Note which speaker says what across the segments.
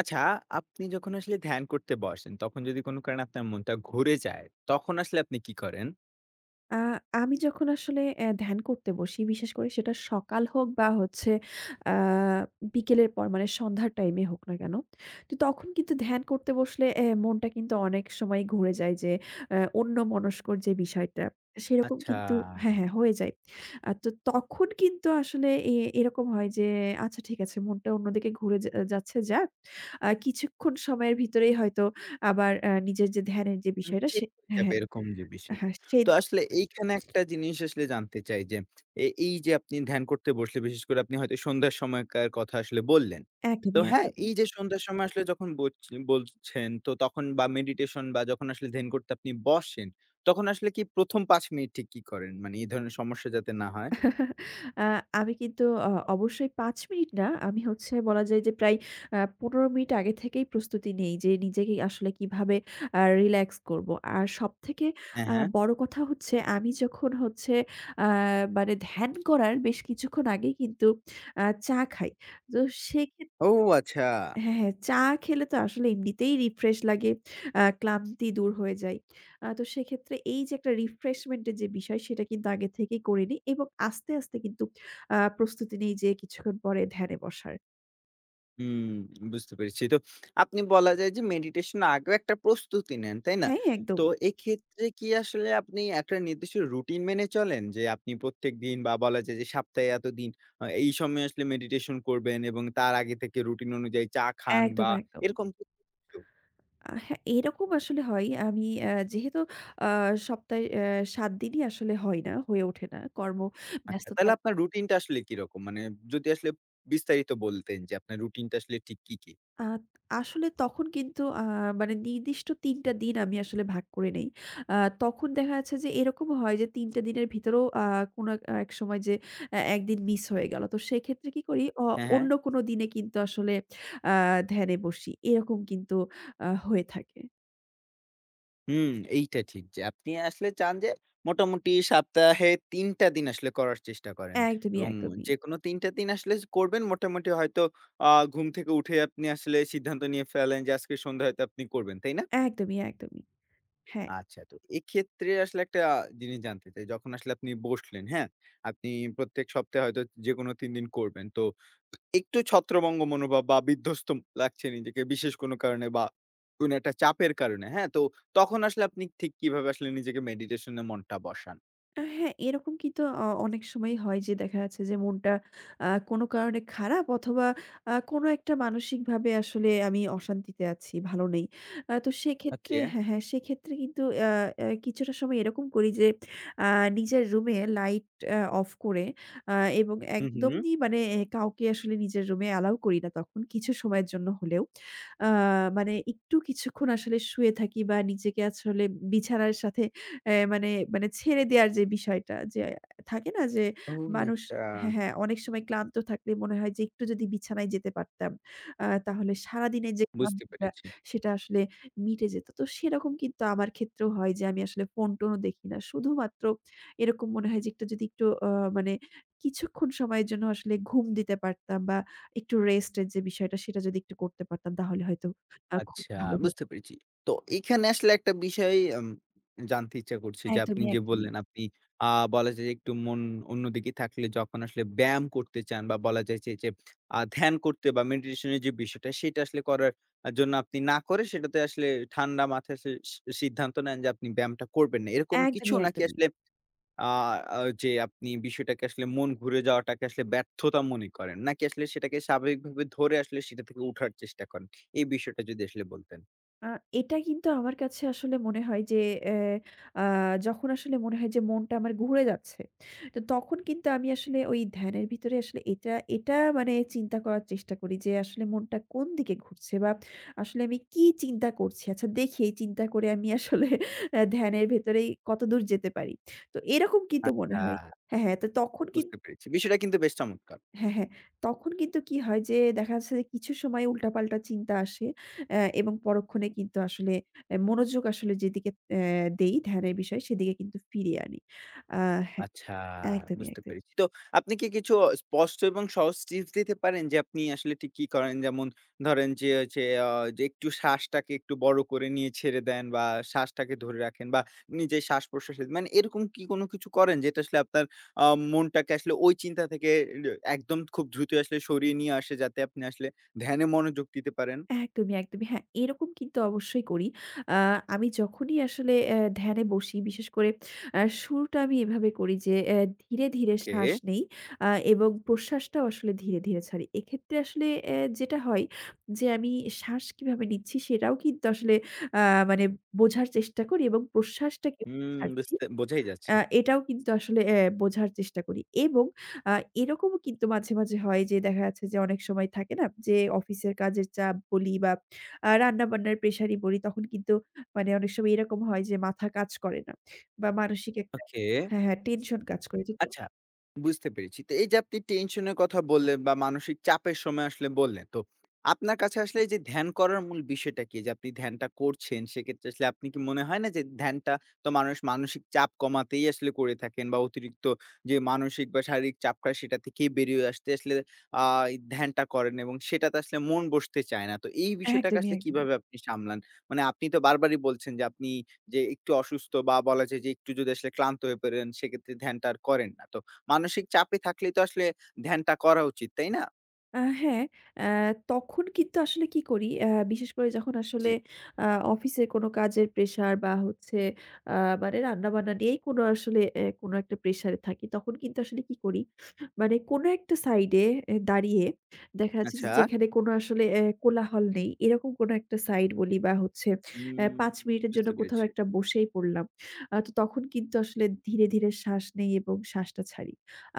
Speaker 1: আচ্ছা, আপনি যখন আসলে ধ্যান করতে বসেন, তখন যদি কোনো কারণে আপনার মনটা ঘুরে যায়, তখন আসলে আপনি কি করেন?
Speaker 2: আ আমি যখন আসলে ধ্যান করতে বসি, বিশেষ করে সেটা সকাল হোক বা হচ্ছে আ বিকেলের পর মানে সন্ধ্যার টাইমে হোক না কেন? তো তখন কিন্তু ধ্যান করতে বসলে মনটা কিন্তু অনেক সময় ঘুরে যায় যে অন্যমনস্কর যে বিষয়টা, সেরকম
Speaker 1: আচ্ছা,
Speaker 2: কিন্তু হ্যাঁ, হয়ে যায়। তো তখন কিন্তু আসলে এরকম হয় যে আচ্ছা ঠিক আছে মনটা অন্যদিকে ঘুরে যা যাচ্ছে যাক। কিছুক্ষণ সময়ের ভিতরেই হয়তো আবার নিজের যে ধ্যানের যে
Speaker 1: মানে
Speaker 2: বিষয়টা সে
Speaker 1: ঠিক হয়ে
Speaker 2: হ্যাঁ,
Speaker 1: যাবে
Speaker 2: হ্যাঁ,
Speaker 1: এরকম যে বিষয়টা।
Speaker 2: হ্যাঁ সেই
Speaker 1: তো আসলে এইখানে একটা জিনিস আসলে জানতে চাই যে, এই যে আপনি ধ্যান করতে বসলে, বিশেষ করে আপনি হয়তো সন্ধ্যার সময়কার কথা আসলে বললেন। তো
Speaker 2: একদমই,
Speaker 1: হ্যাঁ,
Speaker 2: একদমই।
Speaker 1: এই যে সন্ধ্যার সময় আসলে যখন বলছেন, তো তখন বা মেডিটেশন বা যখন আসলে ধ্যান করতে আপনি বসেন, তখন আসলে কি ১ম ৫ মিনিট ঠিক কি করেন? মানে এই ধরনের সমস্যা যাতে না হয়?
Speaker 2: আ আমি কিন্তু অবশ্যই ৫ মিনিট না, আমি হচ্ছে বলা যায় যে প্রায় ১৫ মিনিট আগে থেকেই প্রস্তুতি নেই যে নিজেকে আসলে কিভাবে রিল্যাক্স করব। আর সবথেকে
Speaker 1: হ্যাঁ, হ্যাঁ।
Speaker 2: বড় কথা হচ্ছে আমি যখন হচ্ছে আ মানে ধ্যান করার বেশ কিছুক্ষণ আগেই কিন্তু চা খাই। তো সেক্ষেত্রে
Speaker 1: ও আচ্ছা।
Speaker 2: হ্যাঁ, হ্যাঁ। চা খেলে তো আসলে এমনিতেই রিফ্রেশ লাগে। ক্লান্তি দূর হয়ে যায়। তো সেক্ষেত্রে এই যে একটা রিফ্রেশমেন্ট এর যে বিষয় সেটা কিন্তু আগে থেকেই করে নিই এবং আস্তে, আস্তে কিন্তু প্রস্তুতি নেই যে কিছুক্ষণ পরে ধ্যানে বসার।
Speaker 1: হুম, বুঝতে পেরেছি। তো আপনি বলা যায় যে মেডিটেশন আগেও একটা প্রস্তুতি নেন, তাই না?
Speaker 2: হ্যাঁ, একদম,
Speaker 1: তো এক্ষেত্রে কি আসলে আপনি একটা নির্দিষ্ট রুটিন মেনে চলেন? যে আপনি প্রত্যেকদিন বা বলা যায় যে সপ্তাহে এতদিন এই সময় আসলে মেডিটেশন করবেন এবং তার আগে থেকে রুটিন অনুযায়ী চা খান
Speaker 2: একদম,
Speaker 1: বা
Speaker 2: একদম।
Speaker 1: এরকম কি কিছু?
Speaker 2: হ্যাঁ, এরকম আসলে হয়। আমি যেহেতু আ সপ্তাহে ৭ দিনই আসলে হয় না, হয়ে ওঠে না।
Speaker 1: আচ্ছা,
Speaker 2: কর্মব্যস্ততা
Speaker 1: তাহলে আপনার রুটিনটা আসলে কিরকম? মানে যদি আসলে বিস্তারিত বলতেন যে আপনার রুটিনটা আসলে ঠিক কি?
Speaker 2: আ আসলে তখন কিন্তু মানে নির্দিষ্ট ৩ টা দিন আমি আসলে ভাগ করে নেই। আ তখন দেখা যাচ্ছে যে এরকমও হয় যে ৩ টা দিনের ভিতরেও কোনো এক এক সময় যে ১ দিন মিস হয়ে গেল। তো সেক্ষেত্রে কি করি
Speaker 1: হ্যাঁ, হ্যাঁ।
Speaker 2: অন্য কোনো দিনে কিন্তু আসলে আ ধ্যানে বসি। এরকম কিন্তু হয়ে থাকে।
Speaker 1: হুম, এইটা ঠিক যে আপনি আসলে চান যে মোটামুটি সপ্তাহে ৩ টা দিন আসলে করার চেষ্টা করেন।
Speaker 2: একদমই,
Speaker 1: এবং
Speaker 2: একদমই।
Speaker 1: যেকোনো ৩ টা দিন আসলে করবেন মোটামুটি হয়তো ঘুম থেকে উঠে আপনি আসলে সিদ্ধান্ত নিয়ে ফেলেন যে আজকে সন্ধ্যায় হয়তো আপনি করবেন। তাই না?
Speaker 2: একদমই, একদমই। হ্যাঁ।
Speaker 1: আচ্ছা, তো এক্ষেত্রে আসলে একটা জিনিস জানতে চাই। যখন আসলে আপনি বসলেন, হ্যাঁ? আপনি প্রত্যেক সপ্তাহে হয়তো যেকোনো ৩ দিন করবেন। তো একটু ছত্রভঙ্গ মনোভাব বা বিধ্বস্ত লাগছে নিজেকে বিশেষ কোনো কারণে বা কোনো একটা চাপের কারণে, হ্যাঁ? তো তখন আসলে আপনি ঠিক কিভাবে আসলে নিজেকে মেডিটেশন এ মনটা বসান?
Speaker 2: হ্যাঁ, এরকম কিন্তু অনেক সময়ই হয় যে দেখা যাচ্ছে যে মনটা কোনো কারণে খারাপ অথবা কোনো একটা মানসিকভাবে আসলে আমি অশান্তিতে আছি, ভালো নেই। তো সেক্ষেত্রে
Speaker 1: ওকে।
Speaker 2: হ্যাঁ, হ্যাঁ, সেক্ষেত্রে কিন্তু আ আ কিছুটা সময় এরকম করি যে আ নিজের রুমে লাইট অফ করে আ এবং
Speaker 1: হুম, হুম।
Speaker 2: একদমই মানে কাউকে আসলে নিজের রুমে অ্যালাও করি না তখন কিছু সময়ের জন্য হলেও। আ মানে একটু কিছুক্ষণ আসলে শুয়ে থাকি বা নিজেকে আসলে বিছানার সাথে মানে মানে ছেড়ে দেয়ার যে বিষয়টা যে থাকে না যে
Speaker 1: ও
Speaker 2: মানুষ
Speaker 1: আচ্ছা।
Speaker 2: হ্যাঁ, হ্যাঁ, অনেক সময় ক্লান্ত থাকলে মনে হয় যে একটু যদি বিছানায় যেতে পারতাম, তাহলে সারাদিনের যে
Speaker 1: বুঝতে
Speaker 2: ক্লান্তিটা
Speaker 1: পেরেছি।
Speaker 2: সেটা আসলে মিটে যেত। তো সেরকম কিন্তু আমার ক্ষেত্রেও হয় যে আমি আসলে ফোন-টোনও দেখি না। শুধুমাত্র এরকম মনে হয় যে একটু মানে কিছুক্ষণ সময়ের জন্য আসলে ঘুম দিতে পারতাম বা একটু রেস্টের যে বিষয়টা সেটা যদি একটু করতে পারতাম তাহলে হয়তো খুব
Speaker 1: আচ্ছা,
Speaker 2: ভালো
Speaker 1: বুঝতে
Speaker 2: হতো।
Speaker 1: পেরেছি। তো এখানে আসলে একটা বিষয় জানতে ইচ্ছা করছে যে আপনি
Speaker 2: একদমই,
Speaker 1: যে
Speaker 2: একদমই।
Speaker 1: বললেন আপনি আ বলা যায় যে একটু মন অন্যদিকে থাকলে যখন আসলে ব্যায়াম করতে চান বা বলা যায় যে যে ধ্যান করতে বা মেডিটেশন এর যে বিষয়টা সেটা আসলে করার জন্য আপনি না করে সেটাতে আসলে ঠান্ডা মাথায় সে সি সিদ্ধান্ত নেন যে আপনি ব্যায়ামটা করবেন না। এরকম কিছু
Speaker 2: একদমই,
Speaker 1: নাকি
Speaker 2: একদমই।
Speaker 1: আসলে আ আ যে আপনি বিষয়টাকে আসলে মন ঘুরে যাওয়াটাকে আসলে ব্যর্থতা মনে করেন? নাকি আসলে সেটাকে স্বাভাবিকভাবে ধরে আসলে সেটা থেকে উঠার চেষ্টা করেন? এই বিষয়টা যদি আসলে বলতেন।
Speaker 2: আ এটা কিন্তু আমার কাছে আসলে মনে হয় যে অ্যা আ যখন আসলে মনে হয় যে মনটা আমার ঘুরে যাচ্ছে। তো তখন কিন্তু আমি আসলে ওই ধ্যানের ভিতরে আসলে এটা মানে চিন্তা করার চেষ্টা করি যে আসলে মনটা কোন দিকে ঘুরছে বা আসলে আমি কি চিন্তা করছি? আচ্ছা দেখি এই চিন্তা করে আমি আসলে ধ্যানের ভেতরেই কতদূর যেতে পারি। তো এরকম কিন্তু মনে
Speaker 1: আচ্ছা।
Speaker 2: হয়। হ্যাঁ, হ্যাঁ। তো তখন কিন্তু
Speaker 1: বুঝতে পেরেছি। বিষয়টা কিন্তু বেশ চমৎকার!
Speaker 2: হ্যাঁ, হ্যাঁ। তখন কিন্তু কি হয় যে দেখা যাচ্ছে যে কিছু সময় উল্টাপাল্টা চিন্তা আসে এবং পরক্ষণে কিন্তু আসলে মনোযোগ আসলে যেদিকে দেই ধ্যানের বিষয় সেদিকে কিন্তু ফিরিয়ে আনি। আ হ্যাঁ,
Speaker 1: আচ্ছা,
Speaker 2: একদমই,
Speaker 1: বুঝতে
Speaker 2: একদমই।
Speaker 1: পেরেছি। তো আপনি কি কিছু স্পষ্ট এবং সহজ টিপস দিতে পারেন যে আপনি আসলে ঠিক কি করেন? যেমন ধরেন যে হচ্ছে আ যে একটু শ্বাসটাকে একটু বড় করে নিয়ে ছেড়ে দেন বা শ্বাসটাকে ধরে রাখেন বা নিজের শ্বাস-প্রশ্বাসের মানে এরকম কি কোনো কিছু করেন যেটা আসলে আপনার আ মনটাকে আসলে ওই চিন্তা থেকে একদম খুব দ্রুত আসলে সরিয়ে নিয়ে আসে যাতে আপনি আসলে ধ্যানে মনোযোগ দিতে পারেন?
Speaker 2: একদমই, একদমই। হ্যাঁ, এরকম কিন্তু অবশ্যই করি। আ আমি যখনই আসলে ধ্যানে বসি, বিশেষ করে শুরুটা আমি এভাবে করি যে ধীরে, ধীরে
Speaker 1: ওকে।
Speaker 2: শ্বাস নেই এবং প্রশ্বাসটাও আসলে ধীরে, ধীরে ছাড়ি। এক্ষেত্রে আসলে যেটা হয় যে আমি শ্বাস কিভাবে নিচ্ছি সেটাও কিন্তু আসলে আ মানে বোঝার চেষ্টা করি এবং প্রশ্বাসটা কিভাবে
Speaker 1: হুম,
Speaker 2: ছাড়ছি
Speaker 1: বুঝতে বোঝাই যাচ্ছে।
Speaker 2: এটাও কিন্তু আসলে বোঝার চেষ্টা করি এবং আ এরকমও কিন্তু মাঝে, মাঝে হয় যে দেখা যাচ্ছে যে অনেক সময় থাকে না যে অফিসের কাজের চাপ বলি বা রান্নাবান্নার প্রেশারই বলি তখন কিন্তু মানে অনেক সময় এরকম হয় যে মাথা কাজ করে না বা মানসিক একটা
Speaker 1: ওকে।
Speaker 2: হ্যাঁ, হ্যাঁ টেনশন কাজ করে। কিন্তু
Speaker 1: আচ্ছা, বুঝতে পেরেছি। তো এই যে আপনি টেনশন এর কথা বললেন বা মানসিক চাপের সময় আসলে বললেন। তো আপনার কাছে আসলে এই যে ধ্যান করার মূল বিষয়টা কি? যে আপনি ধ্যানটা করছেন সেক্ষেত্রে আসলে আপনি কি মনে হয় না যে ধ্যানটা তো মানুষ মানসিক চাপ কমাতেই আসলে করে থাকেন বা অতিরিক্ত যে মানসিক বা শারীরিক চাপটা সেটা থেকেই বেরিয়ে আসতে আসলে আ এই ধ্যানটা করেন এবং সেটাতে আসলে মন বসতে চায় না। তো এই বিষয়টাকে
Speaker 2: একদমই,
Speaker 1: আসলে
Speaker 2: একদমই।
Speaker 1: কিভাবে আপনি সামলান? মানে আপনি তো বারবারই বলছেন যে আপনি যে একটু অসুস্থ বা বলা যায় যে একটু যদি আসলে ক্লান্ত হয়ে পড়েন, সেক্ষেত্রে ধ্যানটা আর করেন না। তো মানসিক চাপে থাকলেই তো আসলে ধ্যানটা করা উচিত, তাই না?
Speaker 2: হ্যাঁ, অ্যা তখন কিন্তু আসলে কি করি, বিশেষ করে যখন আসলে
Speaker 1: জি।
Speaker 2: আ অফিসে কোনো কাজের প্রেশার বা হচ্ছে আ মানে রান্না-বান্না নিয়েই কোনো আসলে কোনো একটা প্রেশারে থাকি, তখন কিন্তু আসলে কি করি, মানে কোনো একটা সাইডে দাঁড়িয়ে দেখা যাচ্ছে যে
Speaker 1: আচ্ছা।
Speaker 2: যেখানে কোনো আসলে কোলাহল নেই, এরকম কোনো একটা সাইড বলি বা হচ্ছে
Speaker 1: উম
Speaker 2: ৫ মিনিটের জন্য
Speaker 1: বুঝতে
Speaker 2: কোথাও
Speaker 1: পেরেছি।
Speaker 2: একটা বসেই পড়লাম। তো তখন কিন্তু আসলে ধীরে, ধীরে শ্বাস নেই এবং শ্বাসটা ছাড়ি।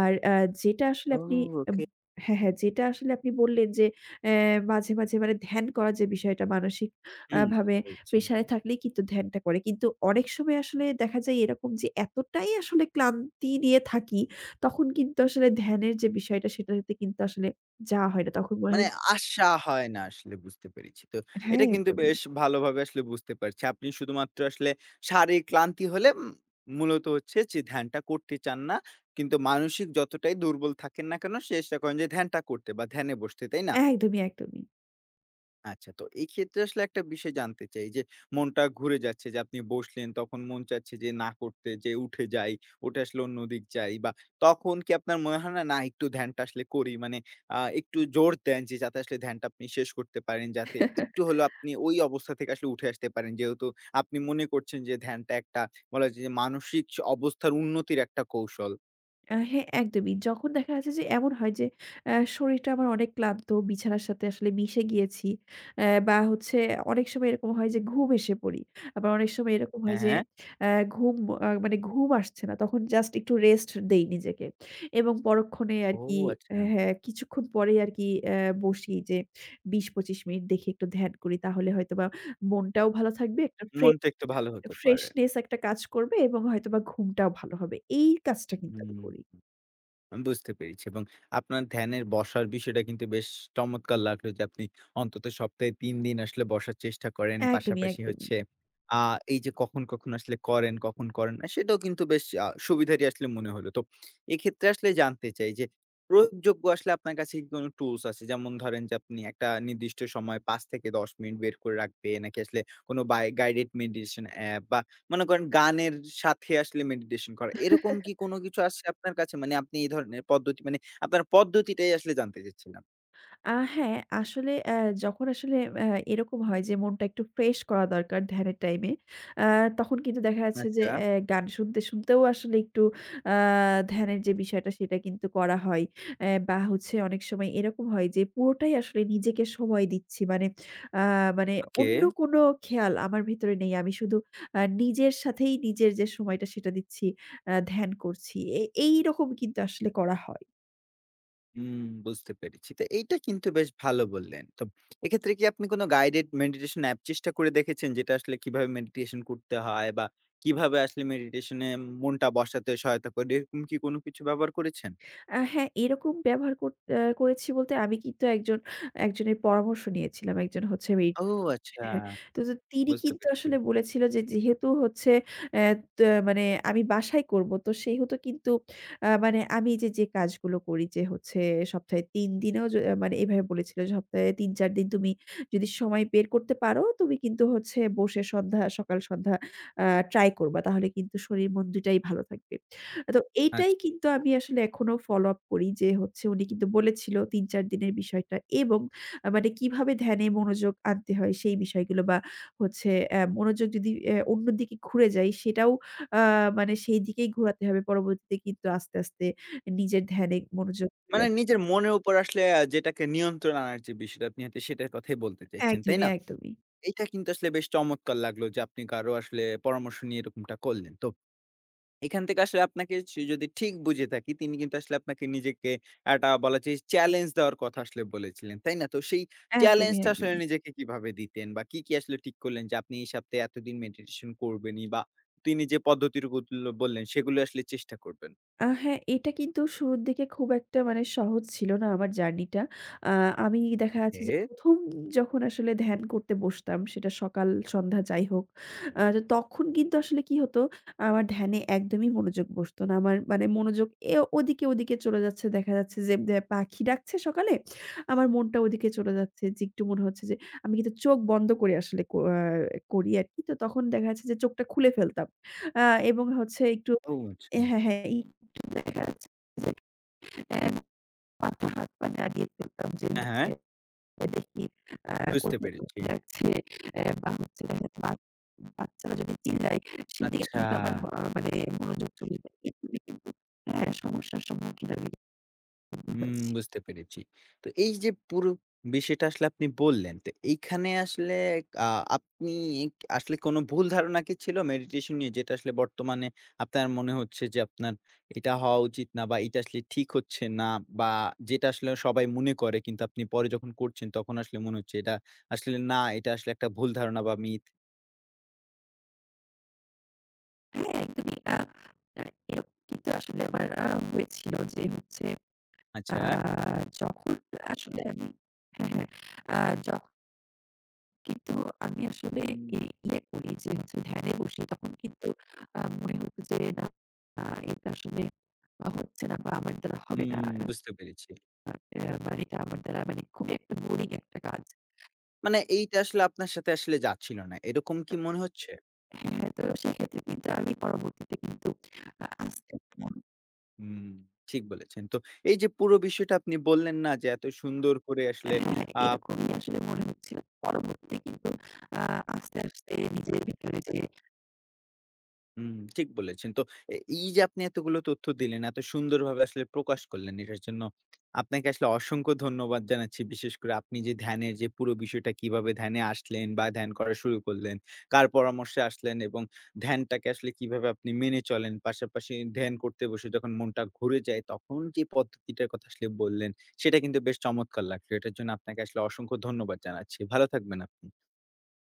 Speaker 2: আর অ্যা যেটা আসলে
Speaker 1: ও
Speaker 2: আপনি
Speaker 1: ওকে।
Speaker 2: হ্যাঁ, হ্যাঁ, যেটা আসলে আপনি বললেন যে অ্যা মাঝে, মাঝে মানে ধ্যান করার যে বিষয়টা মানসিক
Speaker 1: হুম, বুঝতে
Speaker 2: ভাবে
Speaker 1: পেরেছি।
Speaker 2: প্রেশার এ থাকলেই কিন্তু ধ্যানটা করে। কিন্তু অনেক সময় আসলে দেখা যায় এরকম যে এতটাই আসলে ক্লান্তি নিয়ে থাকি, তখন কিন্তু আসলে ধ্যানের যে বিষয়টা সেটাতে কিন্তু আসলে যাওয়া হয় না। তখন মনে
Speaker 1: মানে
Speaker 2: হয়
Speaker 1: আশা হয় না আসলে বুঝতে পেরেছি। তো
Speaker 2: হ্যাঁ,
Speaker 1: এটা কিন্তু
Speaker 2: একদমই।
Speaker 1: বেশ ভালোভাবে আসলে বুঝতে পারছি। আপনি শুধুমাত্র আসলে শারীরিক ক্লান্তি হলে মূলত হচ্ছে যে ধ্যানটা করতে চান না। কিন্তু মানসিক যতটাই দুর্বল থাকেন না কেন, চেষ্টা করেন যে ধ্যানটা করতে বা ধ্যানে বসতে, তাই না?
Speaker 2: একদমই, একদমই।
Speaker 1: আচ্ছা তো এই ক্ষেত্রে আসলে একটা বিষয় জানতে চাই যে মনটা ঘুরে যাচ্ছে যে আপনি বসলেন তখন মন চাচ্ছে যে না করতে যে উঠে যাই ওটা আসলে অন্য দিক যাই বা তখন কি আপনার মনে হয় না না একটু ধ্যানটা আসলে করি মানে একটু জোর দেন যে যাতে আসলে ধ্যানটা আপনি শেষ করতে পারেন যাতে একটু হলো আপনি ওই অবস্থা থেকে আসলে উঠে আসতে পারেন যেহেতু আপনি মনে করছেন যে ধ্যানটা একটা বলা যায় যে মানসিক অবস্থার উন্নতির একটা কৌশল।
Speaker 2: হ্যাঁ, একদমই। যখন দেখা যাচ্ছে যে এমন হয় যে শরীরটা আমার অনেক ক্লান্ত, বিছানার সাথে আসলে মিশে গিয়েছি। বা হচ্ছে অনেক সময় এরকম হয় যে ঘুম এসে পড়ি। আবার অনেক সময় এরকম হয়
Speaker 1: হ্যাঁ,
Speaker 2: যে
Speaker 1: হ্যাঁ।
Speaker 2: অ্যা ঘুম আ মানে ঘুম আসছে না। তখন জাস্ট একটু রেস্ট দেই নিজেকে। এবং পরক্ষণে
Speaker 1: ও
Speaker 2: আরকি
Speaker 1: আচ্ছা।
Speaker 2: হ্যাঁ, কিছুক্ষণ পরেই আরকি বসি যে ২০-২৫ মিনিট দেখি একটু ধ্যান করি। তাহলে হয়তোবা মনটাও ভালো থাকবে। একটা ফ্রে
Speaker 1: মনটা একটু ভালো হতে পারে।
Speaker 2: ফ্রেশনেস একটা কাজ করবে এবং হয়তোবা ঘুমটাও ভালো হবে। এই কাজটা কিন্তু আমি
Speaker 1: হুম,
Speaker 2: করি।
Speaker 1: আমি বুঝতে পেরেছি এবং আপনার ধ্যানের বসার বিষয়টা কিন্তু বেশ চমৎকার লাগলো যে আপনি অন্তত সপ্তাহে ৩ দিন আসলে বসার চেষ্টা করেন।
Speaker 2: একদমই,
Speaker 1: পাশাপাশি
Speaker 2: একদমই।
Speaker 1: হচ্ছে আ এই যে কখন আসলে করেন, কখন করেন না সেটাও কিন্তু বেশ সুবিধারই আসলে মনে হলো। তো এক্ষেত্রে আসলে জানতে চাই যে প্রয়োগযোগ্য আসলে আপনার কাছে কি কোনো টুলস আছে? যেমন ধরেন যে আপনি একটা নির্দিষ্ট সময় ৫ থেকে ১০ মিনিট বের করে রাখবেন নাকি আসলে কোনো বাই গাইডেড মেডিটেশন অ্যাপ বা মনে করেন গানের সাথে আসলে মেডিটেশন করা। এরকম কি কোন কিছু আছে আপনার কাছে? মানে আপনি এই ধরনের পদ্ধতি মানে আপনার পদ্ধতিটাই আসলে জানতে চাচ্ছিলাম।
Speaker 2: হ্যাঁ, আসলে অ্যা যখন আসলে অ্যা এরকম হয় যে মনটা একটু ফ্রেশ করা দরকার ধ্যানের টাইমে, আ তখন কিন্তু দেখা যাচ্ছে যে
Speaker 1: আচ্ছা,
Speaker 2: গান শুনতে, শুনতেও আসলে একটু আ ধ্যানের যে বিষয়টা সেটা কিন্তু করা হয়। বা হচ্ছে অনেক সময় এরকম হয় যে পুরোটাই আসলে নিজেকে সময় দিচ্ছি। আ মানে
Speaker 1: ওকে।
Speaker 2: অন্য কোনো খেয়াল আমার ভেতরে নেই। আমি শুধু নিজের সাথেই নিজের যে সময়টা সেটা দিচ্ছি, ধ্যান করছি। এইরকম কিন্তু আসলে করা হয়।
Speaker 1: হুম, বুঝতে পেরেছি। তো এইটা কিন্তু বেশ ভালো বললেন। তো এক্ষেত্রে কি আপনি কোন গাইডেড মেডিটেশন অ্যাপ চেষ্টা করে দেখেছেন? যেটা আসলে কিভাবে মেডিটেশন করতে হয় বা কিভাবে আসলে মেডিটেশন এ মনটা বসাতে সহায়তা করে? এরকম কি কোন কিছু ব্যবহার করেছেন?
Speaker 2: হ্যাঁ, এরকম ব্যবহার কর আ করেছি বলতে আমি কিন্তু একজনের পরামর্শ নিয়েছিলাম। একজন হচ্ছে
Speaker 1: ও আচ্ছা,
Speaker 2: হ্যাঁ, তো তো তিনি
Speaker 1: বুঝতে
Speaker 2: কিন্তু
Speaker 1: পেরেছি।
Speaker 2: আসলে বলেছিল যে যেহেতু হচ্ছে অ্যা ত মানে আমি বাসায় করব। তো সেহেতু কিন্তু মানে আমি যে কাজগুলো করি যে হচ্ছে সপ্তাহে ৩ দিনেও মানে এভাবে বলেছিল যে সপ্তাহে ৩-৪ দিন তুমি যদি সময় বের করতে পারো তুমি কিন্তু হচ্ছে বসে সকাল সন্ধ্যা আ ট্রাই করবা। তাহলে কিন্তু শরীর মন ২ টাই ভালো থাকবে। তো এইটাই
Speaker 1: আচ্ছা।
Speaker 2: কিন্তু আমি আসলে এখনো ফলো আপ করি যে হচ্ছে উনি কিন্তু বলেছিল ৩-৪ দিনের বিষয়টা এবং মানে কিভাবে ধ্যানে মনোযোগ আনতে হয় সেই বিষয়গুলো বা হচ্ছে মনোযোগ যদি অন্যদিকে ঘুরে যাই সেটাও আ মানে সেই দিকেই ঘোরাতে হবে পরবর্তীতে কিন্তু আস্তে, আস্তে নিজের ধ্যানে মনোযোগ চলে
Speaker 1: মানে
Speaker 2: আসবে
Speaker 1: নিজের মনের উপর আসলে যেটাকে নিয়ন্ত্রণ আনার যে বিষয়টা আপনি হয়তো সেটার কথাই বলতে চাইছেন, তাই
Speaker 2: একদমই,
Speaker 1: না?
Speaker 2: একদমই।
Speaker 1: এইটা কিন্তু আসলে বেশ চমৎকার লাগলো যে আপনি কারো আসলে পরামর্শ নিয়ে এরকমটা করলেন। তো এখান থেকে আসলে আপনাকে যদি ঠিক বুঝে থাকি তিনি কিন্তু আসলে আপনাকে নিজেকে একটা বলা যায় চ্যালেঞ্জ দেওয়ার কথা আসলে বলেছিলেন, তাই না? তো সেই
Speaker 2: একদমই,
Speaker 1: চ্যালেঞ্জটা আসলে
Speaker 2: একদমই।
Speaker 1: নিজেকে কিভাবে দিতেন বা কি আসলে ঠিক করলেন যে আপনি এই সপ্তাহে এতদিন মেডিটেশন করবেনই বা তিনি যে পদ্ধতিগুলো বললেন সেগুলো আসলে চেষ্টা করবেন?
Speaker 2: হ্যাঁ, এটা কিন্তু শুরুর দিকে খুব একটা মানে সহজ ছিল না আমার জার্নিটা। আ আমি দেখা যাচ্ছে
Speaker 1: ওকে।
Speaker 2: যে ১ম যখন আসলে ধ্যান করতে বসতাম সেটা সকাল সন্ধ্যা যাই হোক। তো তখন কিন্তু আসলে কি হতো আমার ধ্যানে একদমই মনোযোগ বসত না। আমার মানে মনোযোগ ওদিকে, ওদিকে চলে যাচ্ছে। দেখা যাচ্ছে যে পাখি ডাকছে সকালে, আমার মনটা ওদিকে চলে যাচ্ছে যে একটু মনে হচ্ছে যে আমি কিন্তু চোখ বন্ধ করে আসলে ক আ করি আরকি। তো তখন দেখা যাচ্ছে যে চোখটা খুলে ফেলতাম। আ এবং হচ্ছে একটু
Speaker 1: ও আচ্ছা।
Speaker 2: হ্যাঁ, হ্যাঁ। একটু দেখা যাচ্ছে যে অ্যা মাথা হাত-পা নাড়িয়ে ফেলতাম যে
Speaker 1: হ্যাঁ, হ্যাঁ।
Speaker 2: হচ্ছে দেখি আ
Speaker 1: বুঝতে
Speaker 2: কোথায় চোখ
Speaker 1: পেরেছি।
Speaker 2: লাগছে বা হচ্ছে দেখা যাচ্ছে বাচ্চারা যদি চিল্লায় সেদিকে
Speaker 1: আচ্ছা,
Speaker 2: কিন্তু আমার মানে মনোযোগ চলে যায়। এগুলো কিন্তু হ্যাঁ, সমস্যার সম্মুখীন আমি কিন্তু
Speaker 1: হুম
Speaker 2: হয়েছি।
Speaker 1: বুঝতে পেরেছি। তো এই যে পুরো বিষয়টা আসলে আপনি বললেন, তো এইখানে আসলে আ আপনি আসলে কোনো ভুল ধারণা কি ছিল মেডিটেশন নিয়ে? যেটা আসলে বর্তমানে আপনার মনে হচ্ছে যে আপনার এটা হওয়া উচিত না বা এটা আসলে ঠিক হচ্ছে না বা যেটা আসলে সবাই মনে করে কিন্তু আপনি পরে যখন করছেন তখন আসলে মনে হচ্ছে এটা আসলে না, এটা আসলে একটা ভুল ধারণা বা মিথ।
Speaker 2: আ আ এরকম কিন্তু আসলে আমার হয়েছিল যে হচ্ছে আ
Speaker 1: আচ্ছা।
Speaker 2: যখন আসলে আমি হ্যাঁ, হ্যাঁ। আ যখন কিন্তু আমি আসলে
Speaker 1: হুম,
Speaker 2: এ ইয়ে করি যে হচ্ছে ধ্যানে বসি তখন কিন্তু মনে হতো যে না আ এটা আসলে হচ্ছে না বা আমার দ্বারা হবে না।
Speaker 1: হুম বুঝতে পেরেছি।
Speaker 2: মানে এটা আমার দ্বারা মানে খুবই একটা বোরিং একটা কাজ।
Speaker 1: মানে এইটা আসলে আপনার সাথে আসলে যাচ্ছিল না। এরকম কি মনে হচ্ছে?
Speaker 2: হ্যাঁ, তো সেক্ষেত্রে কিন্তু আমি পরবর্তীতে কিন্তু আ আস্তে
Speaker 1: হুম, ঠিক বলেছেন। তো এই যে পুরো বিষয়টা আপনি বললেন না যে এত সুন্দর করে আসলে
Speaker 2: হ্যাঁ,
Speaker 1: আ
Speaker 2: এরকমই আসলে মনে হচ্ছিল। পরবর্তীতে কিন্তু আ আস্তে, আস্তে নিজের ভিতরে যে
Speaker 1: হুম, ঠিক বলেছেন। তো এই যে আপনি এতগুলো তথ্য দিলেন, এত সুন্দরভাবে আসলে প্রকাশ করলেন, এটার জন্য আপনাকে আসলে অসংখ্য ধন্যবাদ জানাচ্ছি। বিশেষ করে আপনি যে ধ্যানের যে পুরো বিষয়টা কিভাবে ধ্যানে আসলেন বা ধ্যান করা শুরু করলেন, কার পরামর্শে আসলেন এবং ধ্যানটাকে আসলে কিভাবে আপনি মেনে চলেন। পাশাপাশি ধ্যান করতে বসে যখন মনটা ঘুরে যায়, তখন যে পদ্ধতিটার কথা আসলে বললেন, সেটা কিন্তু বেশ চমৎকার লাগলো। এটার জন্য আপনাকে আসলে অসংখ্য ধন্যবাদ জানাচ্ছি। ভালো থাকবেন আপনি।